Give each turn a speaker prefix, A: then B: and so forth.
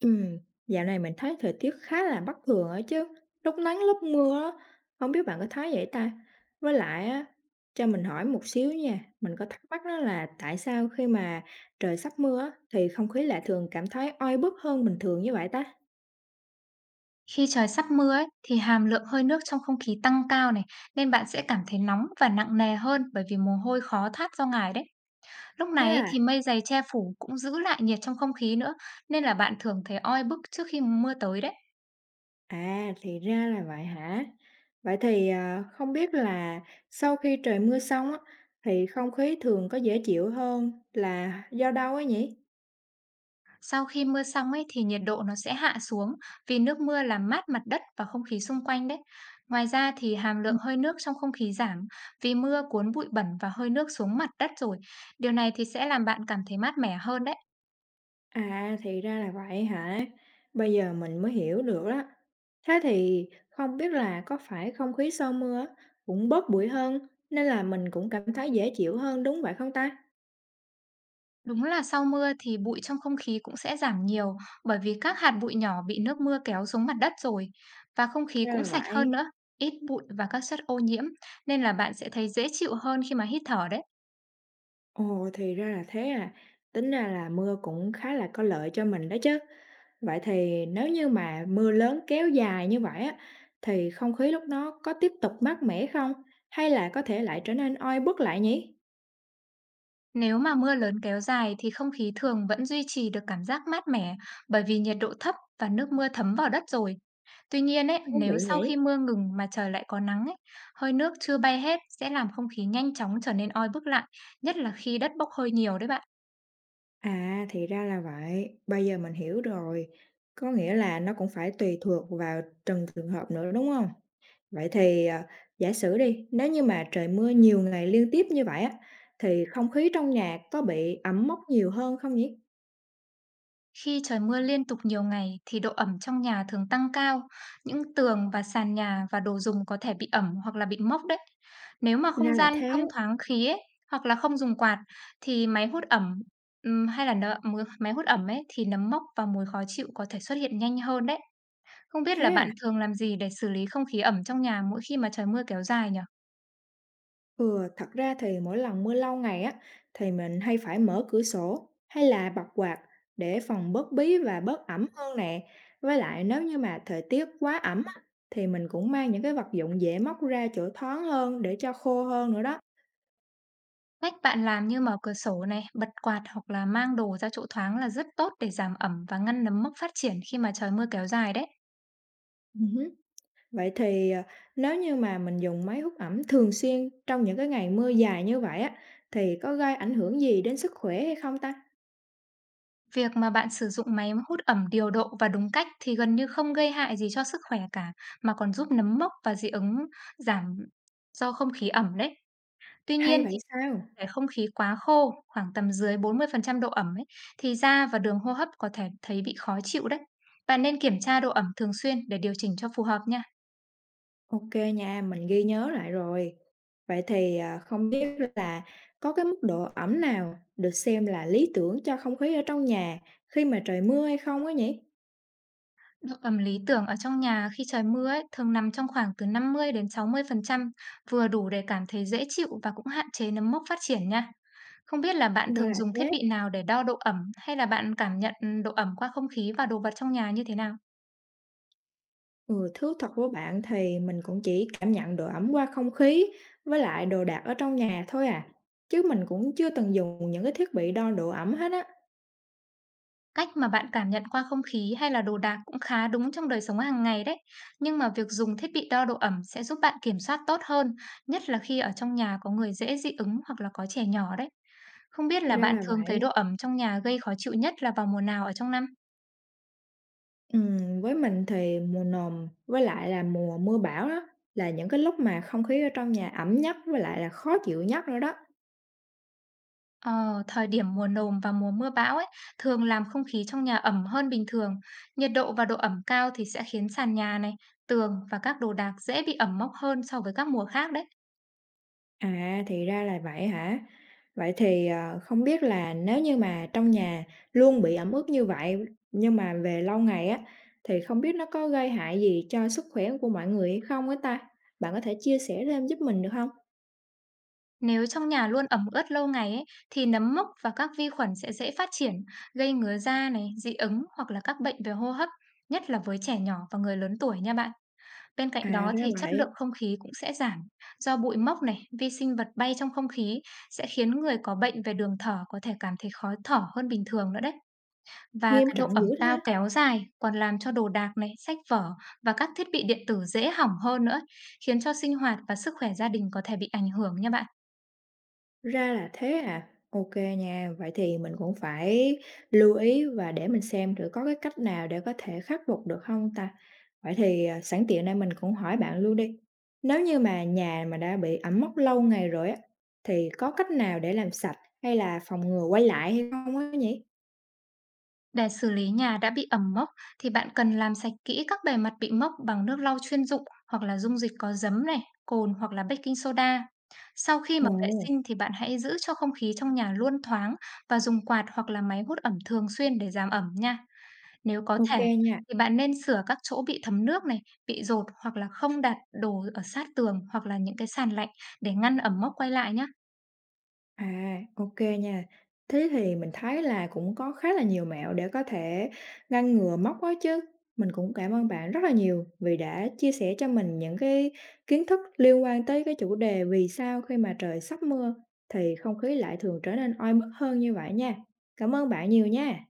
A: Ừm, dạo này mình thấy thời tiết khá là bất thường ấy chứ, lúc nắng lúc mưa á, hông biết bạn có thấy vậy ta? Với lại á, cho mình hỏi một xíu nha, mình có thắc mắc đó là tại sao khi mà trời sắp mưa á, thì không khí lại thường cảm thấy oi bức hơn bình thường như vậy ta?
B: Khi trời sắp mưa ấy, thì hàm lượng hơi nước trong không khí tăng cao này, nên bạn sẽ cảm thấy nóng và nặng nề hơn bởi vì mồ hôi khó thoát ra ngoài đấy. Lúc
A: Thế
B: này ấy,
A: à?
B: thì mây dày che phủ cũng giữ lại nhiệt trong không khí nữa, nên là bạn thường thấy oi bức trước khi mưa tới đấy.
A: À, thì ra là vậy hả? Vậy thì, à, không biết là sau khi trời mưa xong á, thì không khí thường có dễ chịu hơn là do đâu ấy nhỉ?
B: Sau khi mưa xong ấy thì nhiệt độ nó sẽ hạ xuống vì nước mưa làm mát mặt đất và không khí xung quanh đấy. Ngoài ra thì hàm lượng hơi nước trong không khí giảm vì mưa cuốn bụi bẩn và hơi nước xuống mặt đất rồi. Điều này thì sẽ làm bạn cảm thấy mát mẻ hơn đấy.
A: À, thì ra là vậy hả? Bây giờ mình mới hiểu được đó. Thế thì không biết là có phải không khí sau mưa á, cũng bớt bụi hơn nên là mình cũng cảm thấy dễ chịu hơn đúng vậy không ta?
B: Đúng là sau mưa thì bụi trong không khí cũng sẽ giảm nhiều bởi vì các hạt bụi nhỏ bị nước mưa kéo xuống mặt đất rồi và không khí
A: Ra
B: cũng
A: là
B: sạch hơn
A: vậy.
B: nữa, ít bụi và các chất ô nhiễm, nên là bạn sẽ thấy dễ chịu hơn khi mà hít thở đấy.
A: Ồ, thì ra là thế à. Tính ra là mưa cũng khá là có lợi cho mình đó chứ. Vậy thì nếu như mà mưa lớn kéo dài như vậy á thì không khí lúc đó có tiếp tục mát mẻ không hay là có thể lại trở nên oi bức lại nhỉ?
B: Nếu mà mưa lớn kéo dài thì không khí thường vẫn duy trì được cảm giác mát mẻ bởi vì nhiệt độ thấp và nước mưa thấm vào đất rồi. Tuy nhiên ấy,
A: Thú vị
B: nếu sau
A: nhỉ?
B: khi mưa ngừng mà trời lại có nắng ấy, hơi nước chưa bay hết sẽ làm không khí nhanh chóng trở nên oi bức lại, nhất là khi đất bốc hơi nhiều đấy bạn.
A: À, thì ra là vậy. Bây giờ mình hiểu rồi. Có nghĩa là nó cũng phải tùy thuộc vào từng trường hợp nữa, đúng không? Vậy thì, giả sử đi, nếu như mà trời mưa nhiều ngày liên tiếp như vậy á, thì không khí trong nhà có bị ẩm mốc nhiều hơn không nhỉ?
B: Khi trời mưa liên tục nhiều ngày thì độ ẩm trong nhà thường tăng cao, những tường và sàn nhà và đồ dùng có thể bị ẩm hoặc là bị mốc đấy. Nếu mà
A: Ra
B: không
A: là
B: gian
A: thế.
B: thông thoáng khí ấy, hoặc là không dùng quạt thì máy hút ẩm hay là máy hút ẩm ấy thì nấm mốc và mùi khó chịu có thể xuất hiện nhanh hơn đấy. Không biết là
A: Thế
B: bạn
A: à?
B: thường làm gì để xử lý không khí ẩm trong nhà mỗi khi mà trời mưa kéo dài nhỉ?
A: Ừ, thật ra thì mỗi lần mưa lâu ngày á thì mình hay phải mở cửa sổ hay là bật quạt để phòng bớt bí và bớt ẩm hơn nè. Với lại nếu như mà thời tiết quá ẩm á thì mình cũng mang những cái vật dụng dễ móc ra chỗ thoáng hơn để cho khô hơn nữa đó.
B: Cách bạn làm như mở cửa sổ này, bật quạt hoặc là mang đồ ra chỗ thoáng là rất tốt để giảm ẩm và ngăn nấm mốc phát triển khi mà trời mưa kéo dài đấy.
A: Ừ hứ. Vậy thì à, nếu như mà mình dùng máy hút ẩm thường xuyên trong những cái ngày mưa dài như vậy á thì có gây ảnh hưởng gì đến sức khỏe hay không ta?
B: Việc mà bạn sử dụng máy hút ẩm điều độ và đúng cách thì gần như không gây hại gì cho sức khỏe cả, mà còn giúp nấm mốc và dị ứng giảm do không khí ẩm đấy. Tuy
A: Hay
B: nhiên
A: vậy
B: thì
A: sao?
B: để không khí quá khô, khoảng tầm dưới 40% độ ẩm ấy, thì da và đường hô hấp có thể thấy bị khó chịu đấy. Bạn nên kiểm tra độ ẩm thường xuyên để điều chỉnh cho phù hợp nha.
A: OK nha, mình ghi nhớ lại rồi. Vậy thì, à, không biết là có cái mức độ ẩm nào được xem là lý tưởng cho không khí ở trong nhà khi mà trời mưa hay không á nhỉ?
B: Độ ẩm lý tưởng ở trong nhà khi trời mưa ấy, thường nằm trong khoảng từ 50 đến 60%, vừa đủ để cảm thấy dễ chịu và cũng hạn chế nấm mốc phát triển nha. Không biết là bạn
A: Đó
B: thường
A: là
B: dùng thiết
A: thế.
B: bị nào để đo độ ẩm, hay là bạn cảm nhận độ ẩm qua không khí và đồ vật trong nhà như thế nào?
A: Ừ, thú thật với bạn thì mình cũng chỉ cảm nhận độ ẩm qua không khí với lại đồ đạc ở trong nhà thôi à, chứ mình cũng chưa từng dùng những cái thiết bị đo độ ẩm hết á.
B: Cách mà bạn cảm nhận qua không khí hay là đồ đạc cũng khá đúng trong đời sống hàng ngày đấy. Nhưng mà việc dùng thiết bị đo độ ẩm sẽ giúp bạn kiểm soát tốt hơn, nhất là khi ở trong nhà có người dễ dị ứng hoặc là có trẻ nhỏ đấy. Không biết là
A: Ra
B: bạn
A: là
B: thường thấy
A: vậy.
B: độ ẩm trong nhà gây khó chịu nhất là vào mùa nào ở trong năm?
A: Với mình thì mùa nồm với lại là mùa mưa bão đó là những cái lúc mà không khí ở trong nhà ẩm nhất với lại là khó chịu nhất nữa đó.
B: Ờ, thời điểm mùa nồm và mùa mưa bão ấy thường làm không khí trong nhà ẩm hơn bình thường. Nhiệt độ và độ ẩm cao thì sẽ khiến sàn nhà này, tường và các đồ đạc dễ bị ẩm mốc hơn so với các mùa khác đấy.
A: À, thì ra là vậy hả? Vậy thì, không biết là nếu như mà trong nhà luôn bị ẩm ướt như vậy, nhưng mà về lâu ngày á, thì không biết nó có gây hại gì cho sức khỏe của mọi người hay không á ta? Bạn có thể chia sẻ thêm giúp mình được không?
B: Nếu trong nhà luôn ẩm ướt lâu ngày ấy, thì nấm mốc và các vi khuẩn sẽ dễ phát triển, gây ngứa da này, dị ứng hoặc là các bệnh về hô hấp, nhất là với trẻ nhỏ và người lớn tuổi nha bạn. Bên
A: À,
B: cạnh đó
A: ra
B: thì chất lượng
A: vậy,
B: không khí cũng sẽ giảm do bụi mốc này, vi sinh vật bay trong không khí sẽ khiến người có bệnh về đường thở có thể cảm thấy khó thở hơn bình thường nữa đấy. Và
A: nghiêm
B: cái độ
A: trọng
B: ẩm
A: dữ
B: cao
A: thế.
B: kéo dài còn làm cho đồ đạc này, sách vở và các thiết bị điện tử dễ hỏng hơn nữa, khiến cho sinh hoạt và sức khỏe gia đình có thể bị ảnh hưởng nha bạn.
A: Ra là thế à? OK nha, vậy thì mình cũng phải lưu ý và để mình xem thử có cái cách nào để có thể khắc phục được không ta? Vậy thì, à, sẵn tiện đây mình cũng hỏi bạn luôn đi, nếu như mà nhà mà đã bị ẩm mốc lâu ngày rồi á, thì có cách nào để làm sạch hay là phòng ngừa quay lại hay không á nhỉ?
B: Để xử lý nhà đã bị ẩm mốc thì bạn cần làm sạch kỹ các bề mặt bị mốc bằng nước lau chuyên dụng hoặc là dung dịch có giấm này, cồn hoặc là baking soda. Sau khi mà vệ
A: Ồ,
B: sinh thì bạn hãy giữ cho không khí trong nhà luôn thoáng và dùng quạt hoặc là máy hút ẩm thường xuyên để giảm ẩm nha. Nếu có
A: OK
B: thể
A: nha.
B: thì bạn nên sửa các chỗ bị thấm nước này, bị dột hoặc là không đặt đồ ở sát tường hoặc là những cái sàn lạnh để ngăn ẩm mốc quay lại nhé.
A: À, OK nha. Thế thì mình thấy là cũng có khá là nhiều mẹo để có thể ngăn ngừa móc đó chứ. Mình cũng cảm ơn bạn rất là nhiều vì đã chia sẻ cho mình những cái kiến thức liên quan tới cái chủ đề vì sao khi mà trời sắp mưa thì không khí lại thường trở nên oi bức hơn như vậy nha. Cảm ơn bạn nhiều nha.